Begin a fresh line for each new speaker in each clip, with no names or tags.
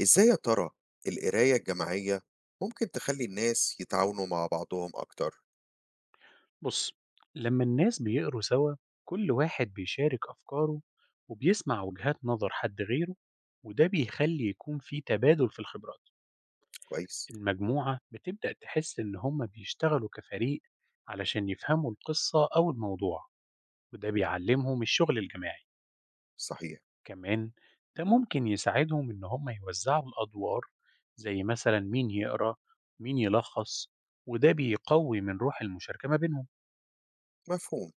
إزاي يا ترى القراية الجماعية ممكن تخلّي الناس يتعاونوا مع بعضهم أكتر؟
بص، لما الناس بيقروا سوا كل واحد بيشارك أفكاره وبيسمع وجهات نظر حد غيره، وده بيخلي يكون في تبادل في الخبرات.
كويس،
المجموعة بتبدأ تحس إن هما بيشتغلوا كفريق علشان يفهموا القصة أو الموضوع، وده بيعلمهم الشغل الجماعي.
صحيح،
كمان ده ممكن يساعدهم إن هما يوزعوا الأدوار، زي مثلا مين يقرأ مين يلخص، وده بيقوي من روح المشاركة ما بينهم.
مفهوم.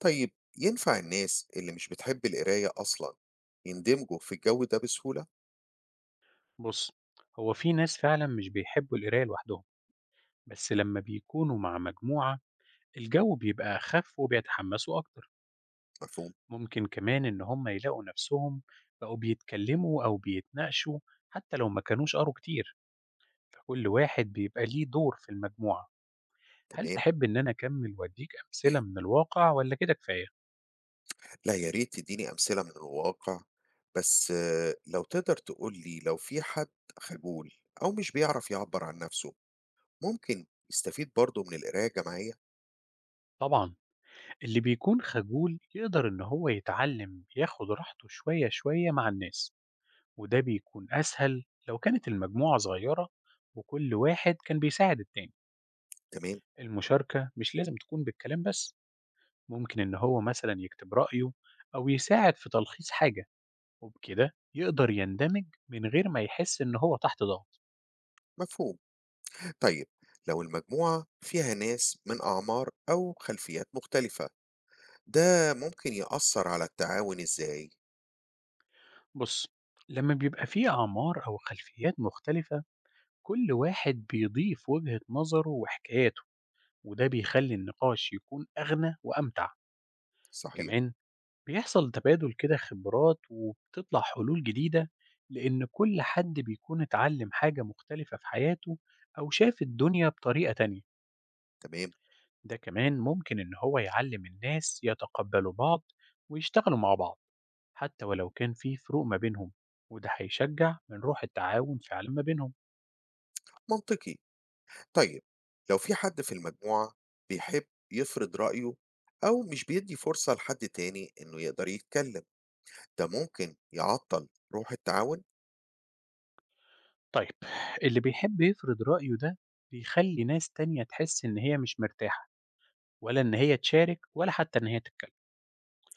طيب ينفع الناس اللي مش بتحب القراية أصلًا يندمجوا في الجو ده بسهولة؟
بص، هو في ناس فعلا مش بيحبوا القراية لوحدهم، بس لما بيكونوا مع مجموعة الجو بيبقى أخف وبيتحمسوا أكتر.
مفهوم،
ممكن كمان إن هم يلاقوا نفسهم بقوا بيتكلموا أو بيتناقشوا حتى لو ما كانوش قروا كتير، فكل واحد بيبقى ليه دور في المجموعة. هل
تمام.
تحب إن أنا أكمل وأديك أمثلة من الواقع ولا كده كفاية؟
لا يا ريت تدّيني أمثلة من الواقع، بس لو تقدر تقول لي لو في حد خجول أو مش بيعرف يعبّر عن نَفْسه، ممكن يستفيد برضه من القراية الجماعية؟
طبعا، اللي بيكون خجول يقدر إن هو يتعلم ياخد راحته شوية شوية مع الناس، وده بيكون أسهل لو كانت المجموعة صغيرة وكل واحد كان بيساعد التاني.
تمام،
المشاركة مش لازم تكون بالكلام بس، ممكن إن هو مثلا يكتب رأيه أو يساعد في تلخيص حاجة، وبكده يقدر يندمج من غير ما يحس إن هو تحت ضغط.
مفهوم. طيب لو المجموعة فيها ناس من أعمار أو خلفيات مختلفة ده ممكن يأثر على التعاون إزاي؟
بص، لما بيبقى فيه أعمار أو خلفيات مختلفة كل واحد بيضيف وجهة نظره وحكاياته، وده بيخلي النقاش يكون أغنى وأمتع.
صحيح،
كمان بيحصل تبادل كده خبرات وبتطلع حلول جديدة، لأن كل حد بيكون اتعلم حاجة مختلفة في حياته أو شاف الدنيا بطريقة تانية.
تمام،
ده كمان ممكن إن هو يعلم الناس يتقبلوا بعض ويشتغلوا مع بعض حتى ولو كان في فروق ما بينهم، وده هيشجع من روح التعاون فعلا ما بينهم.
منطقي. طيب لو في حد في المجموعة بيحب يفرض رأيه أو مش بيدي فرصة لحد تاني إنه يقدر يتكلم، ده ممكن يعطل روح التعاون؟
طيب، اللي بيحب يفرض رأيه ده بيخلي ناس تانية تحس إن هي مش مرتاحة، ولا إن هي تشارك ولا حتى إن هي تتكلم.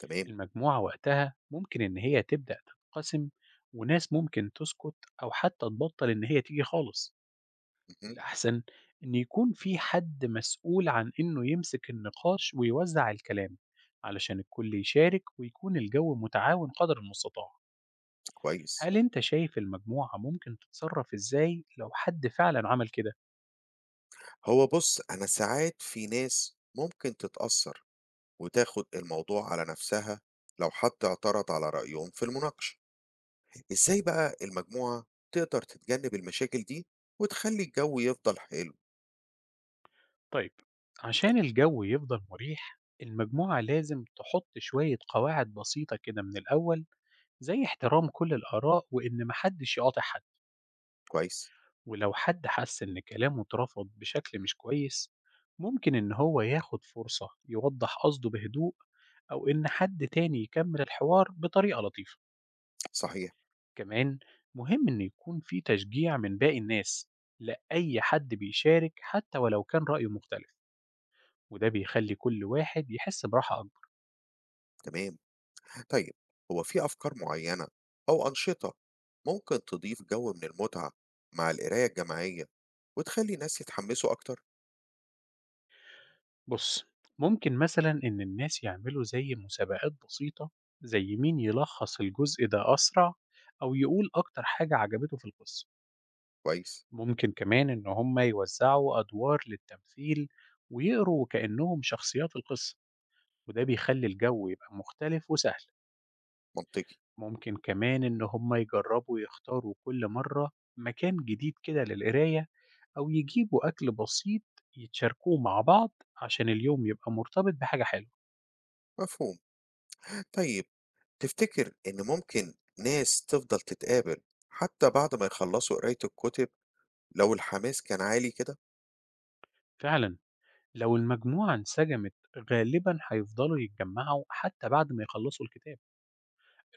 تمام،
المجموعة وقتها ممكن إن هي تبدأ تتقسم، وناس ممكن تسكت أو حتى تبطل إن هي تيجي خالص.
مهم.
الأحسن إن يكون في حد مسؤول عن إنه يمسك النقاش ويوزع الكلام، علشان الكل يشارك ويكون الجو متعاون قدر المستطاع.
كويس،
هل أنت شايف المجموعة ممكن تتصرف إزاي لو حد فعلا عمل كده؟
هو بص، أنا ساعات في ناس ممكن تتأثر وتاخد الموضوع على نفسها لو حد اعترض على رأيهم في المناقشة. إزاي بقى المجموعة تقدر تتجنب المشاكل دي وتخلي الجو يفضل حلو؟
طيب، عشان الجو يفضل مريح المجموعة لازم تحط شوية قواعد بسيطة كده من الأول، زي احترام كل الآراء وإن محدش يقاطع حد.
كويس،
ولو حد حس إن كلامه اترفض بشكل مش كويس ممكن إن هو ياخد فرصة يوضح قصده بهدوء، أو إن حد تاني يكمل الحوار بطريقة لطيفة.
صحيح،
كمان مهم إن يكون في تشجيع من باقي الناس لأي حد بيشارك حتى ولو كان رأيه مختلف، وده بيخلي كل واحد يحس براحة أكبر.
تمام. طيب هو في أفكار معينة أو أنشطة ممكن تضيف جو من المتعة مع القراية الجماعية وتخلي الناس يتحمسوا أكتر؟
بص، ممكن مثلا إن الناس يعملوا زي مسابقات بسيطة، زي مين يلخص الجزء ده أسرع أو يقول أكتر حاجة عجبته في القصة.
كويس،
ممكن كمان إن هم يوزعوا أدوار للتمثيل ويقروا كأنهم شخصيات القصة، وده بيخلي الجو يبقى مختلف وسهل.
منطقي،
ممكن كمان إن هم يجربوا يختاروا كل مرة مكان جديد كده للقراية، أو يجيبوا أكل بسيط يتشاركوه مع بعض، عشان اليوم يبقى مرتبط بحاجة حلوة.
مفهوم. طيب تفتكر إن ممكن ناس تفضل تتقابل حتى بعد ما يخلصوا قراية الكتب لو الحماس كان عالي كده؟
فعلا، لو المجموعة انسجمت غالبا هيفضلوا يتجمعوا حتى بعد ما يخلصوا الكتاب.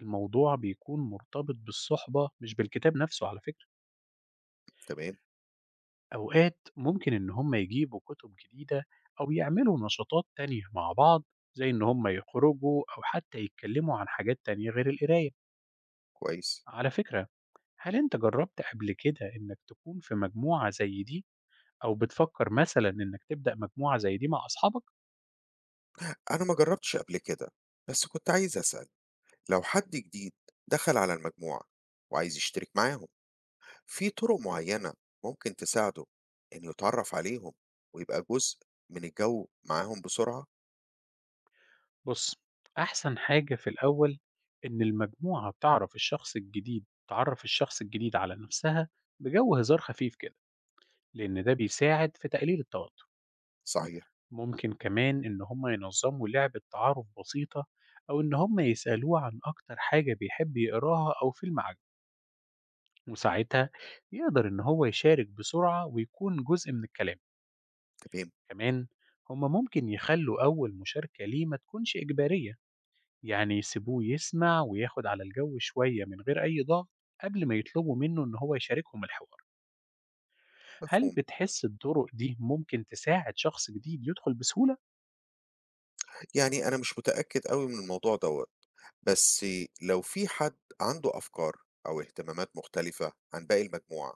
الموضوع بيكون مرتبط بالصحبة مش بالكتاب نفسه على فكرة.
تمام،
أوقات ممكن إن هم يجيبوا كتب جديدة أو يعملوا نشاطات تانية مع بعض، زي إن هم يخرجوا أو حتى يتكلموا عن حاجات تانية غير القراية.
كويس.
على فكرة، هل أنت جربت قبل كده إنك تكون في مجموعة زي دي أو بتفكر مثلا إنك تبدأ مجموعة زي دي مع أصحابك؟
أنا ما جربتش قبل كده بس كنت عايز أسأل، لو حد جديد دخل على المجموعة وعايز يشترك معاهم في طرق معينة، ممكن تساعده إنه يتعرف عليهم ويبقى جزء من الجو معاهم بسرعة؟
بُص، أحسن حاجة في الأول إن المجموعة تعرف الشخص الجديد، تعرّف الشخص الجديد على نَفْسها بجَو هزار خفيف كده، لإن ده بيساعد في تقليل التوتر.
صحيح،
ممكن كمان إن هم ينظّموا لعبة تعارُف بسيطة، أو إن هم يسألوه عن أكتر حاجة بيحب يقراها أو فيلم عاجبه، وساعتها يقدر إن هو يشارك بسرعة ويكون جزء من الكلام.
تمام،
كمان هم ممكن يخلّوا أول مشاركة ليه ما تكونش إجبارية، يعني يسيبوه يسمع وياخد على الجو شوية من غير أي ضغط قبل ما يطلبوا منه إن هو يشاركهم الحوار. هل
مفهوم.
بتحس الطرق دي ممكن تساعد شخص جديد يدخل بسهولة؟
يعني أنا مش متأكد قوي من الموضوع دوت، بس لو في حد عنده أفكار أو اهتمامات مختلفة عن باقي المجموعة،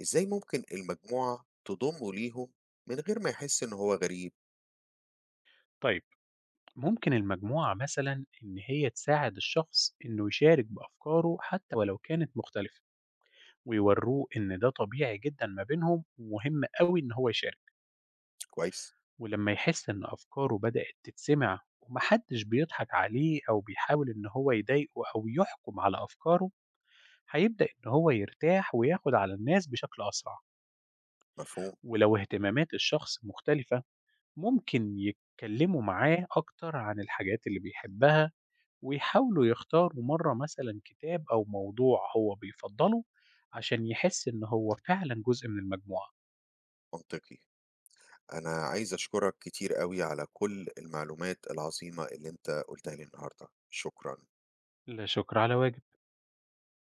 إزاي ممكن المجموعة تضمه ليهم من غير ما يحس إن هو غريب؟
طيب، ممكن المجموعة مثلا إن هي تساعد الشخص إنه يشارك بأفكاره حتى ولو كانت مختلفة، ويوروه إن ده طبيعي جدا ما بينهم ومهم قوي إن هو يشارك.
كويس؟
ولما يحس إن أفكاره بدأت تتسمع ومحدش بيضحك عليه أو بيحاول إن هو يضايقه أو يحكم على أفكاره هيبدأ إن هو يرتاح وياخد على الناس بشكل أسرع.
مفهوم؟
ولو اهتمامات الشخص مختلفة ممكن يتكلموا معاه أكتر عن الحاجات اللي بيحبها، ويحاولوا يختاروا مرة مثلا كتاب أو موضوع هو بيفضله، عشان يحس إن هو فعلا جزء من المجموعة.
منطقي. أنا عايز أشكرك كتير قوي على كل المعلومات العظيمة اللي أنت قلتها لي النهاردة. شكرا.
لا شكر على واجب.